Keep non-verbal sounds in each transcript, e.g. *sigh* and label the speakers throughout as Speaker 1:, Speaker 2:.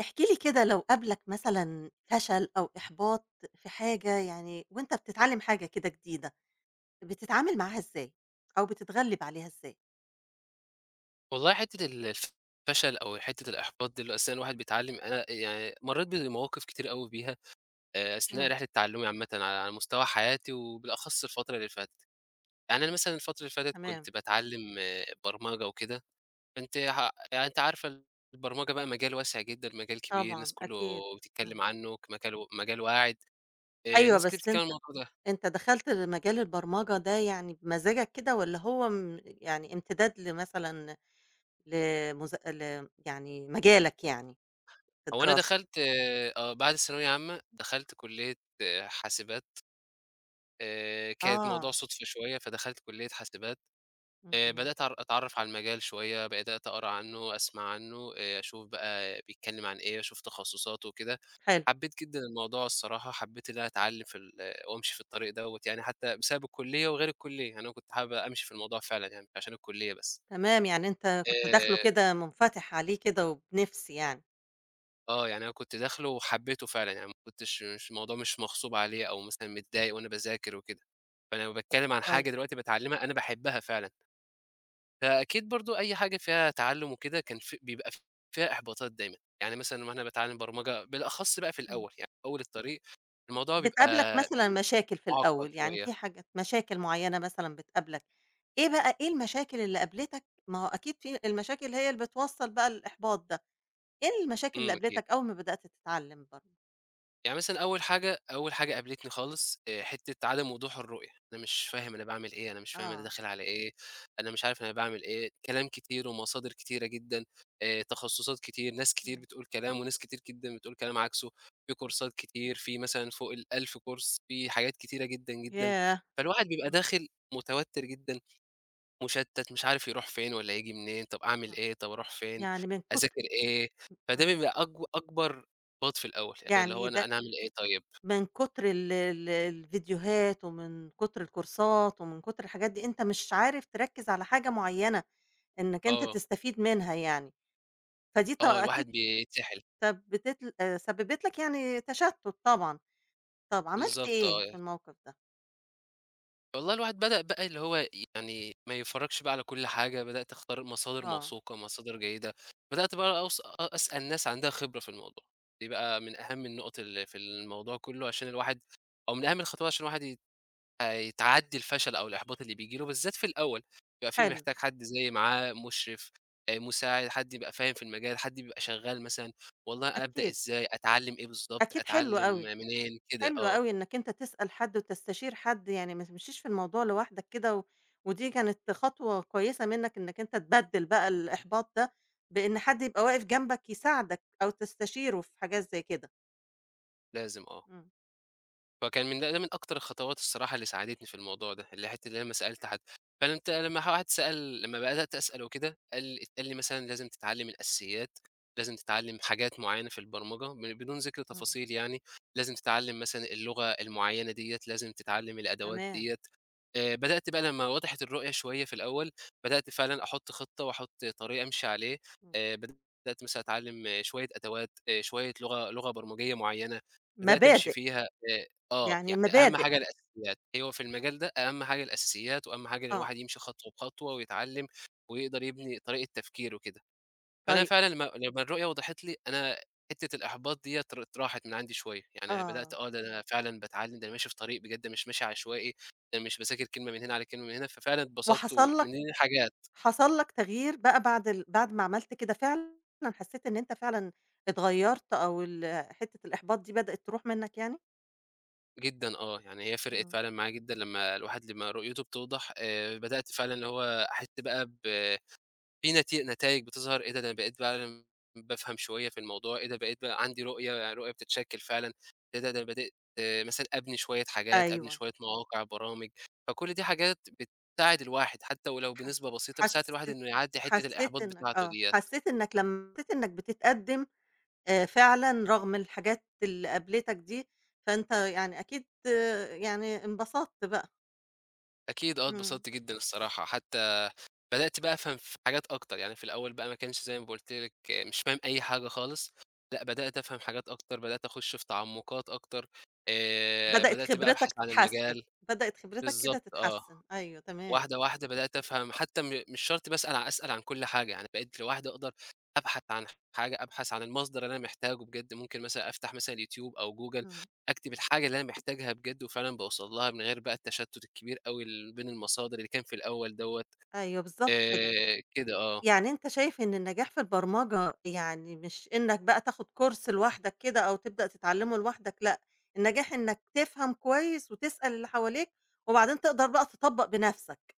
Speaker 1: احكِ لي كده لو قابلك مثلًا فشل أو إحباط في حاجة يعني وأنت بتتعلّم حاجة كده جديدة، بتتعامل معاها إزاي؟ أو بتتغلِّب عليها إزاي؟
Speaker 2: والله حتّة ال الف فشل أو حتّة الإحباط دي اللي هو أثناء الواحد بيتعلّم، أنا يعني مرّيت بمواقف كتير أوي بيها، أثناء
Speaker 1: إمم،
Speaker 2: رحلة تعلُّمي عامةً على مستوى حياتي وبالأخص الفترة اللي فاتت. يعني أنا مثلًا الفترة اللي فاتت
Speaker 1: تمام،
Speaker 2: كنت باتعلّم برمجة وكده، كنت ه يعني أنتِ عارفة البرمجة بقى مجال واسع جدًا، مجال كبير، الناس
Speaker 1: طبعًا
Speaker 2: كُلّه
Speaker 1: أكيد، إمم،
Speaker 2: بتتكلّم عنّه كمجال و مجال واعد،
Speaker 1: أيوه
Speaker 2: ناس كتير
Speaker 1: بس
Speaker 2: بتتكلّم
Speaker 1: أنت
Speaker 2: عن الموضوع ده.
Speaker 1: أنت دخلت مجال البرمجة ده يعني بمزاجك كده والّا هو يعني امتداد لمثلًا لمذ ل يعني مجالك يعني في
Speaker 2: هو أنا
Speaker 1: الدراسة؟
Speaker 2: دخلت آه، آه، بعد ثانوية عامة دخلت كُلّية، آه، حاسبات، كانت الموضوع
Speaker 1: آه،
Speaker 2: صُدفة شوية، فدخلت كلية حاسبات،
Speaker 1: إمم، تمام،
Speaker 2: بدأت أتعرّف على المجال شوية، بدأت أقرا عنه، أسمع عنه، أشوف بقى بيتكلم عن إيه، أشوف تخصصاته وكده.
Speaker 1: حلو،
Speaker 2: حبيت جدًا الموضوع الصراحة، حبيت إن أنا أتعلّم في ال وأمشي في الطريق دوّة يعني، حتى بسبب الكلية وغير الكلية، أنا كنت حابب أمشي في الموضوع فعلًا يعني، مش عشان الكلية بس.
Speaker 1: تمام، يعني أنت كنت داخله
Speaker 2: آآ،
Speaker 1: كده منفتح عليه كده وبنِفس يعني.
Speaker 2: آه، يعني أنا كنت داخله وحبيته فعلًا، يعني ما كنتش، مش الموضوع مش مغصوب عليه أو مثلًا متضايق وأنا باذاكر وكده. فأنا لمّا باتكلم عن
Speaker 1: كويس،
Speaker 2: حاجة دلوقتي باتعلمها أنا باحبها فعلًا. فأكيد برضه أي حاجة فيها تعلُّم وكده كان ف بيبقى فيها إحباطات دايمًا، يعني مثلًا لمّا أنا باتعلّم برمجة بالأخص بقى في
Speaker 1: إمم.
Speaker 2: الأول، يعني في أول الطريق الموضوع
Speaker 1: بتقابلك
Speaker 2: بيبقى
Speaker 1: مثلًا
Speaker 2: م
Speaker 1: مشاكل في
Speaker 2: مُعقّد
Speaker 1: الأول، يعني
Speaker 2: شوية.
Speaker 1: في حاجات مشاكل معيّنة مثلًا بتقابلك، إيه بقى إيه المشاكل اللي قابلتك ما هو أكيد في المشاكل هي اللي بتوصّل بقى للإحباط ده، إيه المشاكل اللي
Speaker 2: إمم، أكيد.
Speaker 1: قابلتك أول ما بدأت تتعلم برضه؟
Speaker 2: يعني مثلًا أول حاجة قابلتني خالص، حتّة عدم وضوح الرؤية، أنا مش فاهم أنا باعمل إيه، أنا مش فاهم أنا
Speaker 1: آه،
Speaker 2: داخل على إيه، أنا مش عارف أنا باعمل إيه، كلام كتير ومصادر كتيرة جدًا، تخصصات كتير، ناس كتير
Speaker 1: إمم،
Speaker 2: بتقول كلام وناس كتير جدًا بتقول كلام عكسه، في
Speaker 1: إمم.
Speaker 2: كورسات كتير، في مثلًا فوق ال1000 كورس، في حاجات كتيرة جدًا، جدًا،
Speaker 1: ياه!
Speaker 2: فالواحد بيبقى
Speaker 1: إمم،
Speaker 2: داخل متوتر جدًا، مُشتّت، مش عارف يروح فين والّا ييجي منين، طب أعمل
Speaker 1: آه.
Speaker 2: إيه، طب أروح فين،
Speaker 1: يعني من كتر
Speaker 2: أذاكر إيه، فده
Speaker 1: إمم.
Speaker 2: بيبقى أكبر إحباط في الأول، يعني اللي
Speaker 1: يعني
Speaker 2: هو أنا
Speaker 1: ده
Speaker 2: أنا أعمل إيه طيب؟
Speaker 1: من كتر ال الفيديوهات ومن كتر الكورسات ومن كتر الحاجات دي، أنت مش عارف تركّز على حاجة معيّنة إنّك أنت
Speaker 2: آه،
Speaker 1: تستفيد منها يعني، فدي ط
Speaker 2: آه، الواحد
Speaker 1: أكيد.
Speaker 2: بيتسحل،
Speaker 1: طب بتتل سببت لك يعني تشتُّت طبعًا، طب عملت
Speaker 2: بالضبط
Speaker 1: إيه
Speaker 2: آه،
Speaker 1: في الموقف ده؟
Speaker 2: والله الواحد بدأ بقى اللي هو يعني ما يتفرّجش بقى على كل حاجة، بدأت أختار مصادر
Speaker 1: آه،
Speaker 2: موثوقة، مصادر جيدة، بدأت بقى أوص أ أسأل ناس عندها خبرة في الموضوع، دي بقى من أهم النقط اللي في الموضوع كلّه عشان الواحد، أو من أهم الخطوات عشان الواحد ي تعدّي الفشل أو الإحباط اللي بييجي له بالذات في الأول، بيبقى في
Speaker 1: حلو،
Speaker 2: محتاج حد زي معاه مُشرف، مساعد، حد يبقى فاهم في المجال، حد بيبقى شغّال مثلًا، والله أبدأ
Speaker 1: أكيد،
Speaker 2: إزاي، أتعلّم إيه بالضبط،
Speaker 1: أكيد حلو
Speaker 2: أتعلّم
Speaker 1: أوي،
Speaker 2: منين، كده
Speaker 1: حلو
Speaker 2: آه،
Speaker 1: أوي إنّك أنت تسأل حد وتستشير حد، يعني ما تمشيش في الموضوع لوحدك كده و ودي كانت خطوة كويسة منّك إنّك أنت تبدِّل بقى الإحباط ده بإن حد يبقى واقف جنبك يساعدك أو تستشيره في حاجات زي كده.
Speaker 2: لازم آه.
Speaker 1: إمم،
Speaker 2: فكان من ده من أكتر الخطوات الصراحة اللي ساعدتني في الموضوع ده، اللي حتّة اللي أنا ما سألت حد. فأنا أنت لمّا واحد سأل لمّا بدأت أسأل وكده، اتقال لي مثلًا لازم تتعلّم الأساسيات، لازم تتعلّم حاجات معيّنة في البرمجة بدون ذِكر
Speaker 1: إمم،
Speaker 2: تفاصيل يعني، لازم تتعلّم مثلًا اللغة المعيّنة ديّة، لازم تتعلّم الأدوات
Speaker 1: تمام،
Speaker 2: ديّة. بدأت بقى لمّا وضحت الرؤية شوية في الأول، بدأت فعلًا أحُط خطة وأحُط طريق أمشي عليه.
Speaker 1: إمم،
Speaker 2: بدأت مثلًا أتعلّم آه، شوية أدوات، شوية لغة برمجية معيّنة، بدأت أمشي
Speaker 1: مبادئ،
Speaker 2: فيها. آه،
Speaker 1: يعني
Speaker 2: يعني أهم
Speaker 1: مبادئ،
Speaker 2: حاجة الأساسيات، هو في المجال ده أهم حاجة الأساسيات، وأهم حاجة إن
Speaker 1: آه،
Speaker 2: الواحد يمشي خطوة بخطوة ويتعلم، ويقدر يبني طريقة تفكيره وكده، فأنا
Speaker 1: طيب
Speaker 2: فعلًا لما الرؤية وضحت لي، أنا حتة الإحباط ديّة راحت من عندي شوية، يعني بدأت
Speaker 1: آه،
Speaker 2: آه، ده أنا فعلًا باتعلم، ده أنا ماشي في طريق بجد، مش ماشي عشوائي، أنا مش باذاكر كلمة من هنا على كلمة من هنا، ففعلًا اتبسطت ومن
Speaker 1: وحصل لك
Speaker 2: دي حاجات.
Speaker 1: حصل لك تغيير بقى بعد بعد ما عملت كده فعلًا حسيت إن أنت فعلًا اتغيّرت أو حتّة الإحباط دي بدأت تروح منّك يعني؟
Speaker 2: جدًا آه، يعني هي فرقت
Speaker 1: إمم.
Speaker 2: فعلًا معايا جدًا، لما الواحد لما رؤيته بتوضح، بدأت فعلًا اللي هو أحس بقى في نتايج بتظهر، إيه ده! ده أنا بقيت فعلًا بافهم شوية في الموضوع، إيه ده، بقيت بقى عندي رؤية، رؤية بتتشكل فعلًا، إيه ده! ده أنا بدأت آه، مثلًا أبني شوية حاجات، أبني
Speaker 1: أيوه.
Speaker 2: شوية مواقع، برامج، فكل دي حاجات بتساعد الواحد حتى ولو
Speaker 1: ح
Speaker 2: بنسبة بسيطة، بتساعد الواحد
Speaker 1: حسّيت
Speaker 2: إنه يعدّي حتة
Speaker 1: حسّيت
Speaker 2: الإحباط
Speaker 1: إنّك
Speaker 2: بتاعته
Speaker 1: آه.
Speaker 2: ديّة.
Speaker 1: حسّيت إنّك لمّا حسّيت إنّك بتتقدّم فعلًا رغم الحاجات اللي قابلتك دي، فأنت يعني أكيد آه، يعني انبسطت بقى.
Speaker 2: أكيد آه،
Speaker 1: إمم.
Speaker 2: اتبسطت جدًا الصراحة، حتى بدأت بقى أفهم في حاجات أكتر، يعني في الأول بقى ما كانش زي ما قُلت لِك آه، مش فاهم أي حاجة خالص، لأ بدأت أفهم حاجات أكتر، بدأت أخُش في تعمقات أكتر،
Speaker 1: بدأت
Speaker 2: بدأت بقى
Speaker 1: خبرتك
Speaker 2: أبحث عن
Speaker 1: تتحسّن.
Speaker 2: المجال.
Speaker 1: بدأت خبرتك كده
Speaker 2: بالضبط آه،
Speaker 1: تتحسّن. أيوه تمام.
Speaker 2: واحدة بدأت أفهم، حتى مش شرط باسأل ع أسأل عن كل حاجة، يعني بقيت لوحدي أقدر أبحث عن حاجة، أبحث عن المصدر اللي أنا محتاجه بجد، ممكن مثلًا أفتح مثلًا يوتيوب أو جوجل،
Speaker 1: إمم.
Speaker 2: أكتب الحاجة اللي أنا محتاجها بجد وفعلًا باوصل لها من غير بقى التشتت الكبير أوي بين المصادر اللي كان في الأول دوّة،
Speaker 1: أيوه بالضبط كده.
Speaker 2: كده آه.
Speaker 1: يعني أنت شايف إن النجاح في البرمجة يعني مش إنك بقى تاخد كورس لوحدك كده أو تبدأ تتعلمه لوحدك، لأ، النجاح إنك تفهم كويس وتسأل اللي حواليك، وبعدين تقدر بقى تطبّق بنَفْسك.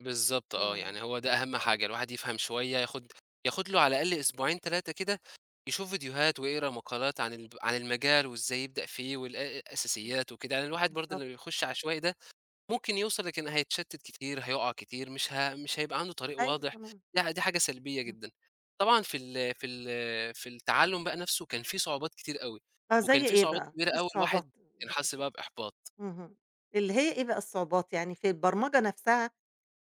Speaker 2: بالضبط آه،
Speaker 1: إمم،
Speaker 2: يعني هو ده أهم حاجة، الواحد يفهم شوية، ياخد له على الأقل أسبوعين 3 كده، يشوف فيديوهات ويقرا مقالات عن المجال وإزاي يبدأ فيه
Speaker 1: إمم،
Speaker 2: الأساسيات وكده، يعني الواحد برضه
Speaker 1: بالضبط،
Speaker 2: لمّا بيخش عشوائي ده ممكن يوصل، لكن هيتشتت كتير، هيقع كتير، مش هيبقى عنده طريق
Speaker 1: أيوه
Speaker 2: واضح،
Speaker 1: تمام،
Speaker 2: دي حاجة سلبية
Speaker 1: إمم،
Speaker 2: جدًا. طبعًا في التعلُّم بقى نفسه كان في صعوبات كتير أوي،
Speaker 1: آه،
Speaker 2: وكان
Speaker 1: زي
Speaker 2: في
Speaker 1: إيه
Speaker 2: صعوبات
Speaker 1: بقى؟ إيه
Speaker 2: كبيرة أوي،
Speaker 1: الصعوبات
Speaker 2: الواحد كان
Speaker 1: اللي كانت
Speaker 2: حَس بقى بإحباط.
Speaker 1: اهم، اللي هي إيه بقى الصعوبات، يعني في البرمجة نَفْسها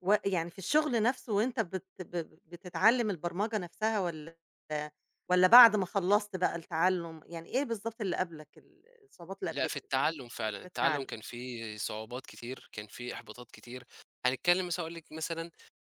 Speaker 1: و يعني في الشغل نفسه وأنت بت ب بتتعلم البرمجة نفسها والّا بعد ما خلّصت بقى التعلُّم، يعني إيه بالضبط اللي قابلك الصعوبات اللي
Speaker 2: لأ، في
Speaker 1: قابلتك
Speaker 2: التعلُّم فعلًا،
Speaker 1: في
Speaker 2: التعلُّم
Speaker 1: التعلُّم؟
Speaker 2: كان فيه صعوبات كتير، كان فيه إحباطات كتير، هنتكلّم مثلًا هاقول لِك مثلًا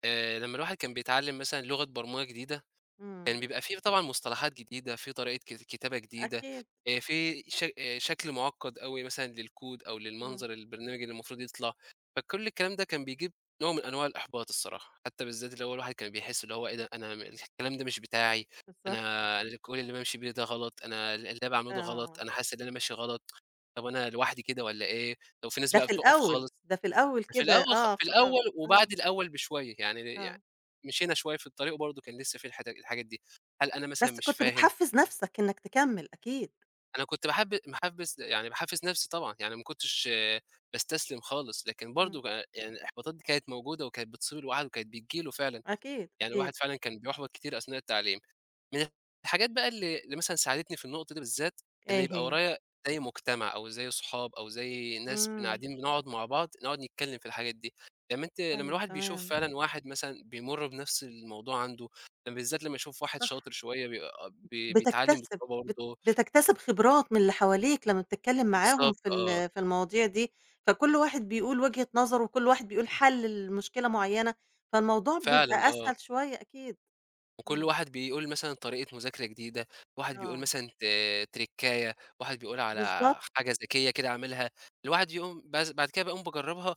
Speaker 2: لمّا الواحد كان بيتعلّم مثلًا لغة برمجة جديدة،
Speaker 1: إمم،
Speaker 2: كان بيبقى في طبعًا مصطلحات جديدة، في طريقة كتابة جديدة،
Speaker 1: أكيد،
Speaker 2: في ش شكل مُعقّد أوي مثلًا للكود أو
Speaker 1: إمم،
Speaker 2: للمنظر البرنامج اللي المفروض يطلع، فكل الكلام ده كان بيجيب نوع من أنواع الإحباط الصراحة، حتى بالذات اللي هو الواحد كان بيحس اللي هو إيه ده، أنا الكلام ده مش بتاعي،
Speaker 1: بالضبط،
Speaker 2: أنا كل اللي بامشي بيه ده غلط، أنا اللي أنا باعمله ده غلط،
Speaker 1: آه،
Speaker 2: أنا حاسس إن أنا ماشي غلط، طب أنا لوحدي كده والّا إيه؟ طب في ناس
Speaker 1: ده
Speaker 2: بقى
Speaker 1: في
Speaker 2: بتُقف
Speaker 1: الأول،
Speaker 2: خالص
Speaker 1: ده في الأول كده آه،
Speaker 2: في
Speaker 1: في الأول،
Speaker 2: الأول
Speaker 1: آه،
Speaker 2: وبعد الأول بشوية، يعني
Speaker 1: آه،
Speaker 2: مشينا شوية في الطريق وبرضه كان لسه في الحاجات دي. هل أنا مثلًا
Speaker 1: بس
Speaker 2: مش
Speaker 1: كنت
Speaker 2: فاهم؟
Speaker 1: بتحفّز نفسك إنك تكمّل أكيد،
Speaker 2: أنا كنت باحب محبِّس، يعني باحفّز نَفْسي طبعًا، يعني ما كنتش باستسلم خالص، لكن
Speaker 1: إمم،
Speaker 2: برضه، يعني الإحباطات دي كانت موجودة وكانت بتصيب الواحد وكانت بتيجي له فعلًا،
Speaker 1: أكيد،
Speaker 2: يعني
Speaker 1: أكيد،
Speaker 2: الواحد فعلًا كان بيُحبَط كتير أثناء التعليم. من الحاجات بقى اللي مثلًا ساعدتني في النقطة دي بالذات، إن
Speaker 1: إيه
Speaker 2: يبقى
Speaker 1: هي؟
Speaker 2: ورايا زي مجتمع أو زي صحاب أو زي ناس
Speaker 1: إمم،
Speaker 2: قاعدين بنقعد مع بعض، نقعد نتكلم في الحاجات دي. لمّا أنت لمّا
Speaker 1: أيوه
Speaker 2: الواحد بيشوف
Speaker 1: تمام،
Speaker 2: فعلًا واحد مثلًا بيمُر بنفس الموضوع عنده، لمّا بالذات لمّا يشوف واحد شاطر
Speaker 1: صح.
Speaker 2: شوية بي آه، بي بيتعلم
Speaker 1: بتكتسب
Speaker 2: بصعوبة
Speaker 1: بت
Speaker 2: برضه،
Speaker 1: بتكتسب خبرات من اللي حواليك لمّا بتتكلّم معاهم
Speaker 2: بالضبط آه،
Speaker 1: في المواضيع دي، فكل واحد بيقول وجهة نظره وكل واحد بيقول حَل لمشكلة معيّنة، فالموضوع
Speaker 2: فعلًا
Speaker 1: بيبقى
Speaker 2: آه.
Speaker 1: أسهل شوية أكيد،
Speaker 2: وكل
Speaker 1: إمم،
Speaker 2: واحد بيقول مثلًا طريقة مذاكرة جديدة، واحد بيقول
Speaker 1: آه،
Speaker 2: مثلًا تريكاية، واحد بيقول على
Speaker 1: بالضبط،
Speaker 2: حاجة ذكية كده عاملها، الواحد يقوم بس بعد كده باقوم باجرّبها،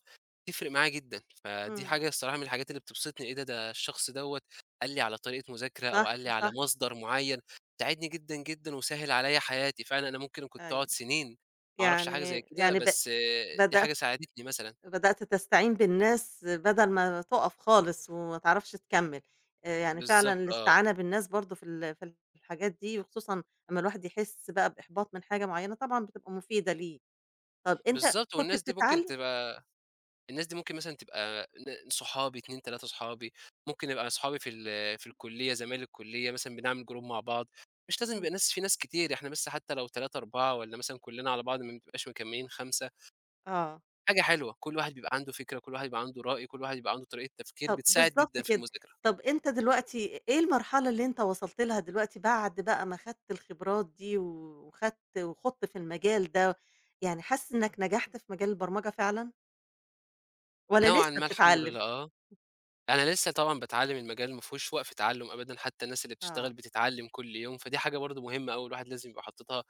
Speaker 2: تفرق معايا جدًا، فدي
Speaker 1: إمم،
Speaker 2: حاجة الصراحة من الحاجات اللي بتبسطني، إيه ده، ده الشخص دوّة قال لي على طريقة مذاكرة أو قال
Speaker 1: صح،
Speaker 2: لي
Speaker 1: صح،
Speaker 2: على مصدر معيّن، ساعدني جدًا، جدًا وسهّل عليّا حياتي، فعلًا أنا ممكن كنت
Speaker 1: أيوه،
Speaker 2: أقعد سنين ما أعرفش حاجة زي
Speaker 1: يعني
Speaker 2: كده،
Speaker 1: يعني ب
Speaker 2: بس آه، دي
Speaker 1: بدأ
Speaker 2: حاجة ساعدتني مثلًا.
Speaker 1: بدأت تستعين بالناس بدل ما تُقف خالص وما تعرفش تكمّل، يعني فعلًا
Speaker 2: بالضبط آه،
Speaker 1: الاستعانة بالناس برضه في الحاجات دي وخصوصًا أمّا الواحد يحس بقى بإحباط من حاجة معيّنة طبعًا بتبقى مفيدة ليه. طَب أنت
Speaker 2: بالضبط
Speaker 1: كنت
Speaker 2: والناس دي ممكن
Speaker 1: بتتعلّم
Speaker 2: تبقى الناس دي ممكن مثلًا تبقى صحابي 2، 3 صحابي، ممكن نبقى صحابي في الكلية، زمايل الكلية مثلًا بنعمل جروب مع بعض، مش لازم
Speaker 1: إمم،
Speaker 2: يبقى ناس، في ناس كتير، إحنا بس حتى لو 3، 4 والّا مثلًا كلنا على بعض ما بنبقاش مكمّلين 5،
Speaker 1: آه،
Speaker 2: حاجة حلوة، كل واحد بيبقى عنده فكرة، كل واحد بيبقى عنده رأي، كل واحد بيبقى عنده طريقة تفكير،
Speaker 1: طَب
Speaker 2: بتساعد
Speaker 1: بالضبط
Speaker 2: جدًا في
Speaker 1: كده.
Speaker 2: المذاكرة.
Speaker 1: طَب أنت دلوقتي إيه المرحلة اللي أنت وصلت لها دلوقتي بعد بقى ما خدت الخبرات دي وخدت وخُضت في المجال ده، يعني حاسس إنّك نجحت في مجال البرمجة فعلًا والّا
Speaker 2: نوعًا
Speaker 1: لسه
Speaker 2: ما الحمد
Speaker 1: بتتعلّم؟
Speaker 2: لله آه، أنا لسه طبعًا باتعلم، المجال ما فيهوش وقف تعلُّم أبدًا، حتى الناس اللي بتشتغل
Speaker 1: آه.
Speaker 2: بتتعلم كل يوم، فدي حاجة برضه مهمة أوي الواحد لازم يبقى حاططها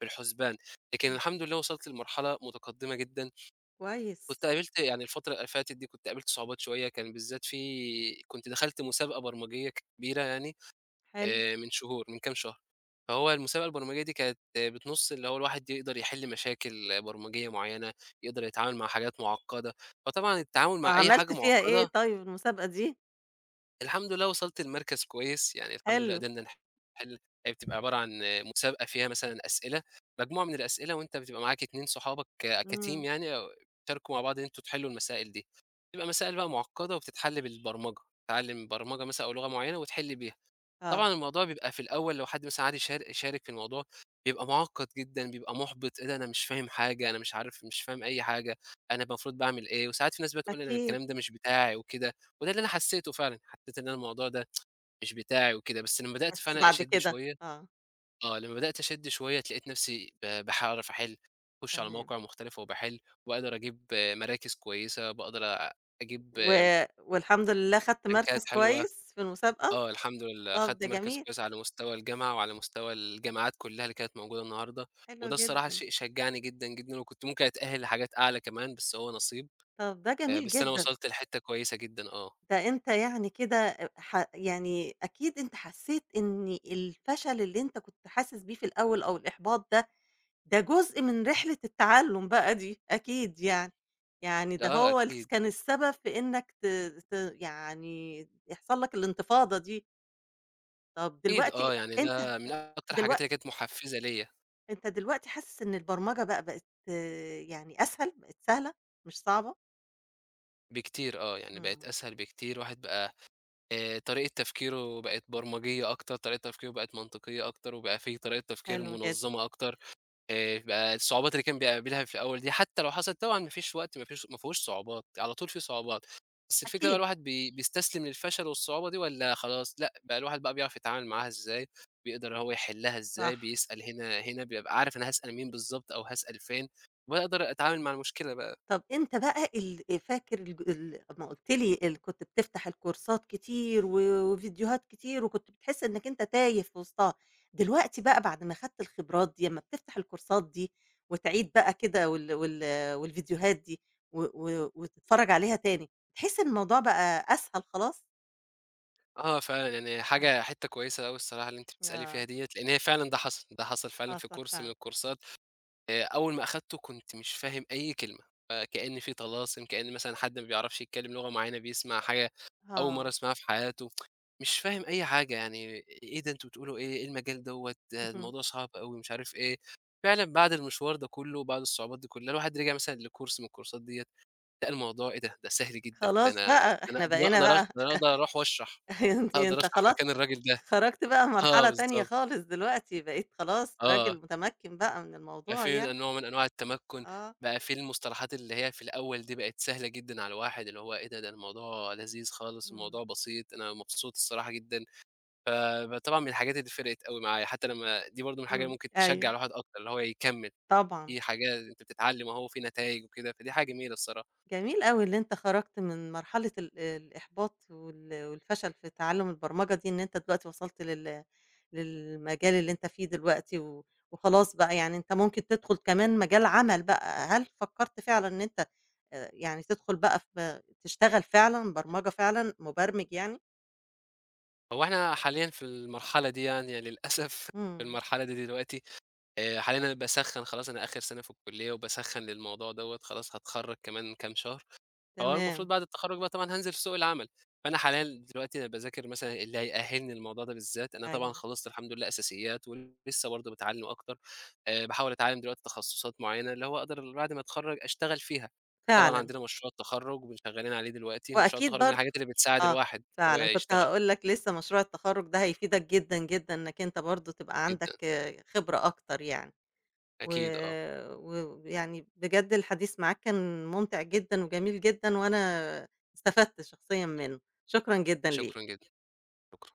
Speaker 2: في الحسبان، لكن الحمد لله وصلت لمرحلة متقدمة جدًا.
Speaker 1: كويس،
Speaker 2: كنت قابلت يعني الفترة اللي فاتت دي كنت قابلت صعوبات شوية، كان بالذات في، كنت دخلت مسابقة برمجية كبيرة يعني،
Speaker 1: حلو.
Speaker 2: من شهور، من كام شهر، فهو المسابقة البرمجية دي كانت آه، بتنُص اللي هو الواحد يقدر يحل مشاكل برمجية معيّنة، يقدر يتعامل مع حاجات مُعقّدة، فطبعًا التعامل مع أي
Speaker 1: وعملت
Speaker 2: حاجة
Speaker 1: فيها
Speaker 2: مُعقّدة.
Speaker 1: إيه طيب المسابقة دي؟
Speaker 2: الحمد لله وصلت لمركز كويس، يعني الحمد لله
Speaker 1: حلو،
Speaker 2: قدرنا نحل. هي بتبقى عبارة عن مسابقة فيها مثلًا أسئلة، مجموعة من الأسئلة، وأنت بتبقى معاك 2 صحابك
Speaker 1: إمم،
Speaker 2: كteam يعني، أو بتشاركوا مع بعض إن أنتم تحلوا المسائل دي، بتبقى مسائل بقى معقدة وبتتحل بالبرمجة، تتعلم برمجة مثلًا أو لغة معينة وتحل بيها.
Speaker 1: آه،
Speaker 2: طبعًا الموضوع بيبقى في الأول لو حد مثلًا قعد يشارك في الموضوع، بيبقى مُعقّد جدًا، بيبقى مُحبِط، إيه ده، أنا مش فاهم حاجة، أنا مش عارف، مش فاهم أي حاجة، أنا المفروض باعمل إيه؟ وساعات في ناس بقى تقول أنا
Speaker 1: أكيد،
Speaker 2: الكلام ده مش بتاعي وكده، وده اللي أنا حسيته فعلًا، حسيت إن أنا الموضوع ده مش بتاعي وكده، بس لمّا بدأت
Speaker 1: بس
Speaker 2: فعلًا
Speaker 1: بعد
Speaker 2: أشِد
Speaker 1: كده؟
Speaker 2: شوية
Speaker 1: آه،
Speaker 2: آه، لمّا بدأت أشِد شوية اتلاقيت نفسي باعرف أحِل، باخش على
Speaker 1: تمام.
Speaker 2: مواقع مختلفة وباحِل، باقدر أجيب آه، مراكز كويسة، باقدر أ أجيب
Speaker 1: و والحمد لله خدت
Speaker 2: بانكات
Speaker 1: مركز
Speaker 2: حلوة.
Speaker 1: كويس في المسابقة؟
Speaker 2: آه، الحمد لله،
Speaker 1: طب ده
Speaker 2: أخدت مركز
Speaker 1: جميل،
Speaker 2: كويس على مستوى الجامعة وعلى مستوى الجامعات كلّها اللي كانت موجودة النهارده،
Speaker 1: حلو
Speaker 2: وده الصراحة
Speaker 1: جدًا،
Speaker 2: شيء شجّعني جدًا، جدًا، وكنت ممكن أتأهل لحاجات أعلى كمان، بس هو نصيب،
Speaker 1: طب ده جميل
Speaker 2: بس أنا
Speaker 1: جدًا،
Speaker 2: وصلت لحتّة كويسة جدًا آه،
Speaker 1: ده أنت يعني كده أ ح يعني أكيد أنت حسيت إن الفشل اللي أنت كنت حاسس بيه في الأول أو الإحباط ده جزء من رحلة التعلُّم بقى دي، أكيد يعني، يعني
Speaker 2: ده
Speaker 1: ده
Speaker 2: آه
Speaker 1: هو
Speaker 2: أكيد،
Speaker 1: كان السبب في إنّك ت ت يعني يحصل لك الانتفاضة دي، طَب
Speaker 2: أكيد
Speaker 1: دلوقتي
Speaker 2: آه، يعني
Speaker 1: أنت
Speaker 2: ده من أكتر الحاجات
Speaker 1: دلوق
Speaker 2: اللي كانت محفّزة ليّا.
Speaker 1: أنت دلوقتي حاسس إن البرمجة بقى بقت آه، يعني أسهل، بقت سهلة مش صعبة؟
Speaker 2: بكتير آه، يعني بقت
Speaker 1: إمم،
Speaker 2: أسهل بكتير، الواحد بقى طريقة تفكيره بقت برمجية أكتر، طريقة تفكيره بقت منطقية أكتر، وبقى في طريقة تفكير
Speaker 1: حلو جدًا،
Speaker 2: منظّمة أكتر. بقى الصعوبات اللي كان بيقابلها في الأول دي، حتى لو حصلت طبعًا، ما فيش وقت، ما فيهوش صعوبات، على طول في صعوبات، بس الفكرة بقى،
Speaker 1: أكيد،
Speaker 2: الواحد بيستسلم للفشل والصعوبة دي والّا خلاص لأ، بقى الواحد بقى بيعرف يتعامل معاها إزاي، بيقدر هو يحلها
Speaker 1: صح.
Speaker 2: إزاي، بيسأل هنا بيبقى عارف أنا هاسأل مين بالضبط أو هاسأل فين، وباقدر أتعامل مع المشكلة بقى.
Speaker 1: طب أنت بقى ال فاكر الج ال أمّا قُلت لي كنت بتفتح الكورسات كتير و وفيديوهات كتير وكنت بتحس إنّك أنت تايه في وسطها، دلوقتي بقى بعد ما خدت الخبرات دي أمّا بتفتح الكورسات دي وتعيد بقى كده وال والفيديوهات دي و و وتتفرّج عليها تاني، تحس إن الموضوع بقى أسهل خلاص؟
Speaker 2: آه فعلًا، يعني
Speaker 1: إمم.
Speaker 2: حاجة حتّة كويسة أوي الصراحة اللي أنتِ بتسألي فيها
Speaker 1: آه،
Speaker 2: ديّة، لإن هي فعلًا ده حصل، ده حصل فعلًا في
Speaker 1: حصل
Speaker 2: كورس من
Speaker 1: فعلًا.
Speaker 2: الكورسات. أول ما أخدته كنت مش فاهم أي كلمة، فكأن في طلاسم، كأن مثلًا حد ما بيعرفش يتكلم لغة معينة بيسمع حاجة أول مرّة
Speaker 1: آه.
Speaker 2: يسمعها في حياته، مش فاهم أي حاجة يعني، إيه ده أنتم بتقولوا إيه، إيه المجال دوّة، ده
Speaker 1: اهم.
Speaker 2: الموضوع صعب أوي مش عارف إيه. فعلًا بعد المشوار ده كله وبعد الصعوبات دي كلها الواحد رجع مثلًا لكورس من الكورسات ديّة، لقى الموضوع إيه ده، ده سهل جدًا،
Speaker 1: خلاص بقى، إحنا بقينا بقى
Speaker 2: ده أنا أقدر أروح واشرح،
Speaker 1: *laughs* أنت
Speaker 2: أقدر
Speaker 1: أنت
Speaker 2: أشرح
Speaker 1: خلاص
Speaker 2: مكان الراجل ده.
Speaker 1: خرجت بقى
Speaker 2: آه
Speaker 1: مرحلة تانية
Speaker 2: بالضبط،
Speaker 1: خالص دلوقتي، بقيت خلاص
Speaker 2: آه.
Speaker 1: راجل متمكن بقى من
Speaker 2: بقى
Speaker 1: الموضوع
Speaker 2: في
Speaker 1: يعني،
Speaker 2: نوع من أنواع التمكُّن،
Speaker 1: آه،
Speaker 2: بقى في المصطلحات اللي هي في الأول دي بقت سهلة جدًا على الواحد، اللي هو إيه ده، ده الموضوع لذيذ خالص،
Speaker 1: إمم،
Speaker 2: الموضوع بسيط، أنا مبسوط الصراحة جدًا، فطبعًا من الحاجات اللي فرقت أوي معايا، حتى لمّا دي برضه من الحاجة اللي
Speaker 1: إمم،
Speaker 2: ممكن تشجّع
Speaker 1: أيوه
Speaker 2: الواحد أكتر، اللي هو يكمّل،
Speaker 1: طبعًا،
Speaker 2: في حاجات أنت بتتعلّم أهو وفي نتايج وكده، فدي حاجة جميلة الصراحة.
Speaker 1: جميل أوي اللي أنت خرجت من مرحلة الإحباط والفشل في تعلُّم البرمجة دي، إن أنت دلوقتي وصلت للمجال اللي أنت فيه دلوقتي و وخلاص بقى يعني أنت ممكن تدخل كمان مجال عمل بقى، هل فكرت فعلًا إن أنت يعني تدخل بقى تشتغل فعلًا برمجة فعلًا، مبرمج يعني؟
Speaker 2: هو إحنا حاليًا في المرحلة دي، يعني للأسف *laughs* في
Speaker 1: إمم،
Speaker 2: المرحلة دي دلوقتي، حاليًا أنا باسخّن، خلاص أنا آخر سَنة في الكُلّية وباسخّن للموضوع دوّة، خلاص هاتخرّج كمان كام شهر. هو المفروض
Speaker 1: تمام،
Speaker 2: بعد التخرُّج بقى طبعًا هانزل في سوق العمل، فأنا حاليًا دلوقتي أنا باذاكر مثلًا اللي هيأهّلني للموضوع ده بالذات، أنا طبعًا
Speaker 1: أيوه.
Speaker 2: خلّصت الحمد لله أساسيات ولسه برضه باتعلّم أكتر، باحاول أتعلّم دلوقتي تخصُّصات معيّنة اللي هو أقدر بعد ما أتخرّج أشتغل فيها، طبعًا
Speaker 1: فعلًا،
Speaker 2: عندنا مشروع التخرُّج شغّالين عليه دلوقتي، مشروع
Speaker 1: وأكيد
Speaker 2: التخرُّج من
Speaker 1: برضه
Speaker 2: الحاجات اللي بتساعد
Speaker 1: آه،
Speaker 2: الواحد إن هو
Speaker 1: فعلًا كنت
Speaker 2: يشتغل،
Speaker 1: هاقول لك لسه مشروع التخرُّج ده هيفيدك جدًا، جدًا إنك أنت برضه تبقى عندك
Speaker 2: جدًا،
Speaker 1: آه، خبرة أكتر يعني،
Speaker 2: أكيد آه،
Speaker 1: ويعني بجد الحديث معاك كان ممتع جدًا وجميل جدًا، وأنا استفدت شخصيًا منه، شكرًا جدًا
Speaker 2: شكرًا
Speaker 1: ليك.
Speaker 2: جدًا، شكرًا.